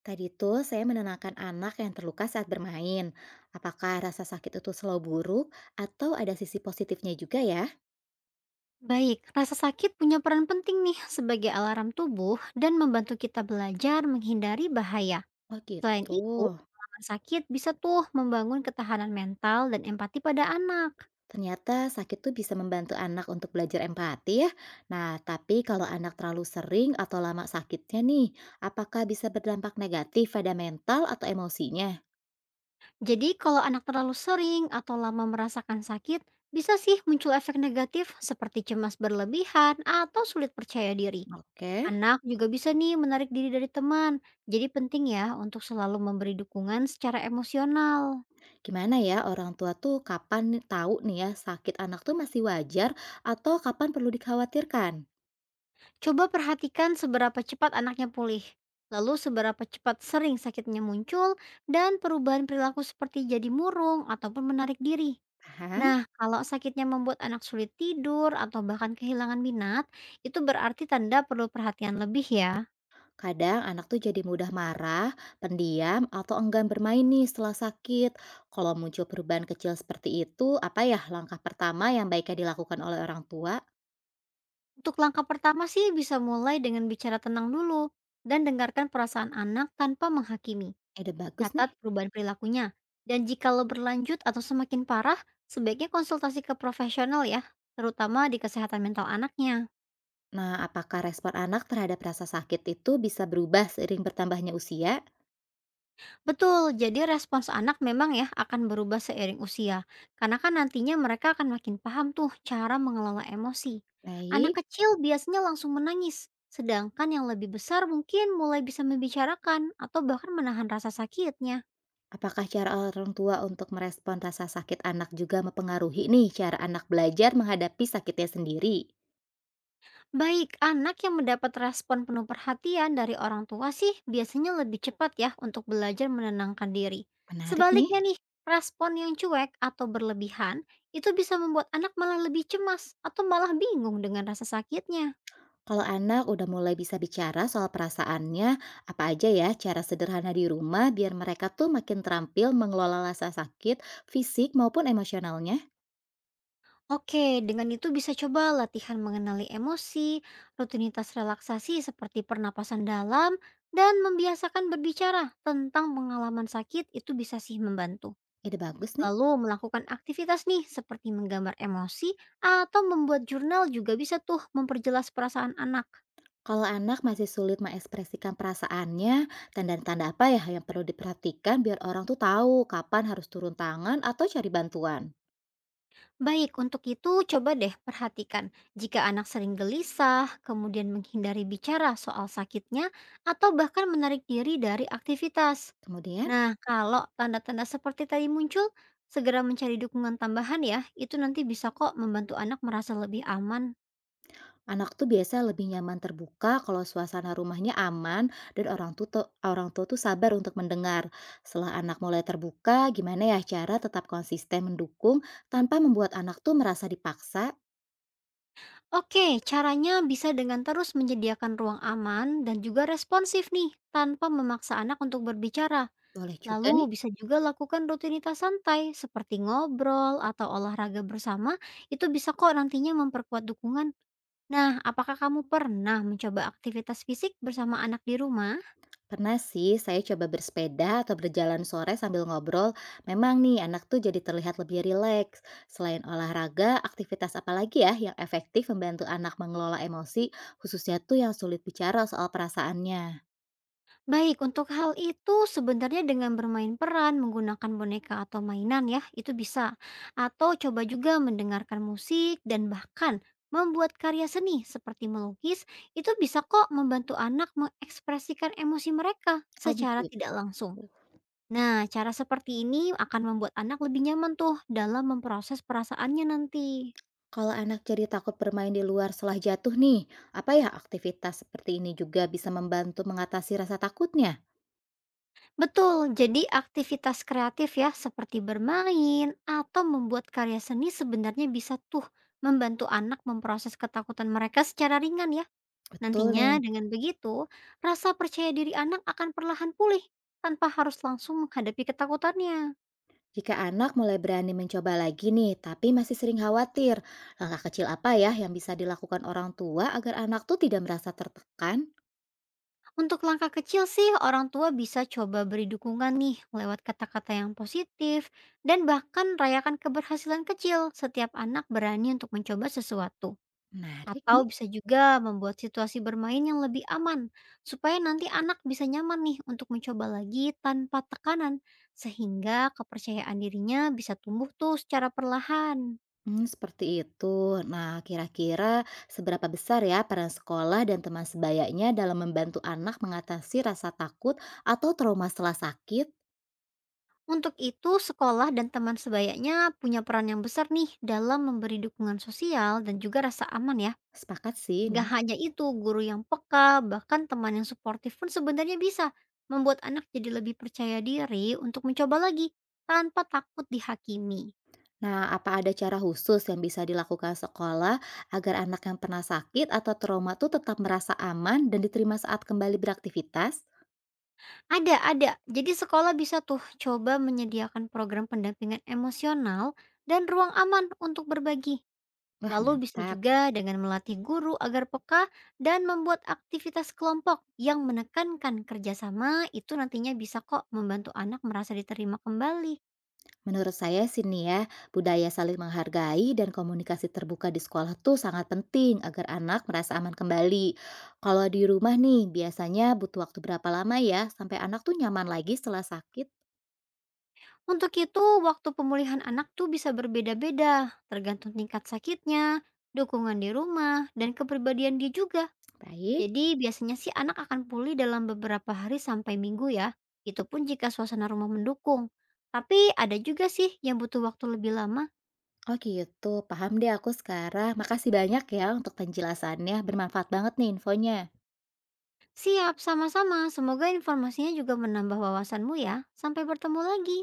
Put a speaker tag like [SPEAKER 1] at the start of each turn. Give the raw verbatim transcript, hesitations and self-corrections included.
[SPEAKER 1] Tadi tuh saya menenangkan anak yang terluka saat bermain. Apakah rasa sakit itu selalu buruk atau ada sisi positifnya juga ya?
[SPEAKER 2] Baik, rasa sakit punya peran penting nih sebagai alarm tubuh dan membantu kita belajar menghindari bahaya.
[SPEAKER 1] Oh
[SPEAKER 2] Selain
[SPEAKER 1] gitu.
[SPEAKER 2] itu, pengalaman sakit bisa tuh membangun ketahanan mental dan empati pada anak.
[SPEAKER 1] Ternyata sakit tuh bisa membantu anak untuk belajar empati ya. Nah, tapi kalau anak terlalu sering atau lama sakitnya nih, apakah bisa berdampak negatif pada mental atau emosinya?
[SPEAKER 2] Jadi kalau anak terlalu sering atau lama merasakan sakit, bisa sih muncul efek negatif seperti cemas berlebihan atau sulit percaya diri.
[SPEAKER 1] Oke,
[SPEAKER 2] Anak juga bisa nih menarik diri dari teman. Jadi penting ya untuk selalu memberi dukungan secara emosional.
[SPEAKER 1] gimana ya orang tua tuh kapan tahu nih ya sakit anak tuh masih wajar atau kapan perlu dikhawatirkan?
[SPEAKER 2] Coba perhatikan seberapa cepat anaknya pulih, lalu seberapa cepat sering sakitnya muncul, dan perubahan perilaku seperti jadi murung ataupun menarik diri. Nah,
[SPEAKER 1] Paham?
[SPEAKER 2] kalau sakitnya membuat anak sulit tidur atau bahkan kehilangan minat, itu berarti tanda perlu perhatian lebih ya.
[SPEAKER 1] Kadang anak tuh jadi mudah marah, pendiam, atau enggan bermain nih setelah sakit. Kalau muncul perubahan kecil seperti itu, apa ya langkah pertama yang baiknya dilakukan oleh orang tua?
[SPEAKER 2] Untuk langkah pertama sih bisa mulai dengan bicara tenang dulu dan dengarkan perasaan anak tanpa menghakimi.
[SPEAKER 1] Ide bagus nih.
[SPEAKER 2] Catat perubahan perilakunya. Dan jika lo berlanjut atau semakin parah, sebaiknya konsultasi ke profesional ya, terutama di kesehatan mental anaknya.
[SPEAKER 1] Nah, apakah respon anak terhadap rasa sakit itu bisa berubah seiring bertambahnya usia?
[SPEAKER 2] Betul, jadi respons anak memang ya akan berubah seiring usia. Karena kan nantinya mereka akan makin paham tuh cara mengelola emosi. Anak
[SPEAKER 1] Baik.
[SPEAKER 2] kecil biasanya langsung menangis, sedangkan yang lebih besar mungkin mulai bisa membicarakan atau bahkan menahan rasa sakitnya.
[SPEAKER 1] Apakah cara orang tua untuk merespon rasa sakit anak juga mempengaruhi nih cara anak belajar menghadapi sakitnya sendiri?
[SPEAKER 2] Baik, anak yang mendapat respon penuh perhatian dari orang tua sih biasanya lebih cepat ya untuk belajar menenangkan diri.
[SPEAKER 1] Menarik nih.
[SPEAKER 2] Sebaliknya nih, respon yang cuek atau berlebihan itu bisa membuat anak malah lebih cemas atau malah bingung dengan rasa sakitnya.
[SPEAKER 1] Kalau anak udah mulai bisa bicara soal perasaannya, apa aja ya cara sederhana di rumah biar mereka tuh makin terampil mengelola rasa sakit, fisik maupun emosionalnya?
[SPEAKER 2] Oke, dengan itu bisa coba latihan mengenali emosi, rutinitas relaksasi seperti pernapasan dalam, dan membiasakan berbicara tentang pengalaman sakit itu bisa sih membantu.
[SPEAKER 1] Ide bagus nih.
[SPEAKER 2] Lalu melakukan aktivitas nih seperti menggambar emosi atau membuat jurnal juga bisa tuh memperjelas perasaan anak.
[SPEAKER 1] Kalau anak masih sulit mengekspresikan perasaannya, tanda-tanda apa ya yang perlu diperhatikan biar orang tuh tahu kapan harus turun tangan atau cari bantuan?
[SPEAKER 2] Baik, untuk itu coba deh perhatikan jika anak sering gelisah, kemudian menghindari bicara soal sakitnya, atau bahkan menarik diri dari aktivitas.
[SPEAKER 1] Kemudian?
[SPEAKER 2] Nah, kalau tanda-tanda seperti tadi muncul, segera mencari dukungan tambahan ya, itu nanti bisa kok membantu anak merasa lebih aman.
[SPEAKER 1] Anak tuh biasa lebih nyaman terbuka kalau suasana rumahnya aman dan orang tua tuh, orang tua tuh sabar untuk mendengar. Setelah anak mulai terbuka, gimana ya cara tetap konsisten mendukung tanpa membuat anak tuh merasa dipaksa?
[SPEAKER 2] Oke, caranya bisa dengan terus menyediakan ruang aman dan juga responsif nih, tanpa memaksa anak untuk berbicara.
[SPEAKER 1] Boleh juga nih.
[SPEAKER 2] Lalu bisa juga lakukan rutinitas santai seperti ngobrol atau olahraga bersama, itu bisa kok nantinya memperkuat dukungan. Nah, apakah kamu pernah mencoba aktivitas fisik bersama anak di rumah?
[SPEAKER 1] Pernah sih saya coba bersepeda atau berjalan sore sambil ngobrol. Memang nih anak tuh jadi terlihat lebih rileks. Selain olahraga, aktivitas apa lagi ya yang efektif membantu anak mengelola emosi, khususnya tuh yang sulit bicara soal perasaannya?
[SPEAKER 2] Baik, untuk hal itu sebenarnya dengan bermain peran, menggunakan boneka atau mainan ya, itu bisa. Atau coba juga mendengarkan musik dan bahkan membuat karya seni seperti melukis, itu bisa kok membantu anak mengekspresikan emosi mereka
[SPEAKER 1] Oh
[SPEAKER 2] secara
[SPEAKER 1] begitu.
[SPEAKER 2] tidak langsung. Nah, cara seperti ini akan membuat anak lebih nyaman tuh dalam memproses perasaannya nanti.
[SPEAKER 1] Kalau anak jadi takut bermain di luar setelah jatuh nih, apa ya aktivitas seperti ini juga bisa membantu mengatasi rasa takutnya?
[SPEAKER 2] Betul, jadi aktivitas kreatif ya seperti bermain atau membuat karya seni sebenarnya bisa tuh membantu anak memproses ketakutan mereka secara ringan ya.
[SPEAKER 1] Betul nih.
[SPEAKER 2] Nantinya dengan begitu, rasa percaya diri anak akan perlahan pulih tanpa harus langsung menghadapi ketakutannya.
[SPEAKER 1] Jika anak mulai berani mencoba lagi nih, tapi masih sering khawatir, langkah kecil apa ya yang bisa dilakukan orang tua agar anak tuh tidak merasa tertekan?
[SPEAKER 2] Untuk langkah kecil sih, orang tua bisa coba beri dukungan nih lewat kata-kata yang positif dan bahkan rayakan keberhasilan kecil setiap anak berani untuk mencoba sesuatu.
[SPEAKER 1] Menarik
[SPEAKER 2] Atau
[SPEAKER 1] nih.
[SPEAKER 2] bisa juga membuat situasi bermain yang lebih aman, supaya nanti anak bisa nyaman nih untuk mencoba lagi tanpa tekanan, sehingga kepercayaan dirinya bisa tumbuh tuh secara perlahan.
[SPEAKER 1] Hmm, seperti itu. Nah, kira-kira seberapa besar ya peran sekolah dan teman sebayanya dalam membantu anak mengatasi rasa takut atau trauma setelah sakit?
[SPEAKER 2] Untuk itu, sekolah dan teman sebayanya punya peran yang besar nih dalam memberi dukungan sosial dan juga rasa aman ya.
[SPEAKER 1] Sepakat sih ini.
[SPEAKER 2] Gak hanya itu, guru yang peka, bahkan teman yang suportif pun sebenarnya bisa membuat anak jadi lebih percaya diri untuk mencoba lagi tanpa takut dihakimi.
[SPEAKER 1] Nah, apa ada cara khusus yang bisa dilakukan sekolah agar anak yang pernah sakit atau trauma tuh tetap merasa aman dan diterima saat kembali beraktivitas?
[SPEAKER 2] Ada ada. Jadi sekolah bisa tuh coba menyediakan program pendampingan emosional dan ruang aman untuk berbagi.
[SPEAKER 1] Wah,
[SPEAKER 2] Lalu bisa
[SPEAKER 1] mantap.
[SPEAKER 2] juga dengan melatih guru agar peka dan membuat aktivitas kelompok yang menekankan kerjasama itu nantinya bisa kok membantu anak merasa diterima kembali.
[SPEAKER 1] Menurut saya sih nih ya, budaya saling menghargai dan komunikasi terbuka di sekolah tuh sangat penting agar anak merasa aman kembali. Kalau di rumah nih, biasanya butuh waktu berapa lama ya sampai anak tuh nyaman lagi setelah sakit?
[SPEAKER 2] Untuk itu, waktu pemulihan anak tuh bisa berbeda-beda, tergantung tingkat sakitnya, dukungan di rumah, dan kepribadian dia juga.
[SPEAKER 1] Baik.
[SPEAKER 2] Jadi biasanya sih anak akan pulih dalam beberapa hari sampai minggu ya, itu pun jika suasana rumah mendukung. Tapi ada juga sih yang butuh waktu lebih lama.
[SPEAKER 1] Oh gitu, paham deh aku sekarang. Makasih banyak ya untuk penjelasannya, bermanfaat banget nih infonya.
[SPEAKER 2] Siap, sama-sama. Semoga informasinya juga menambah wawasanmu ya. Sampai bertemu lagi.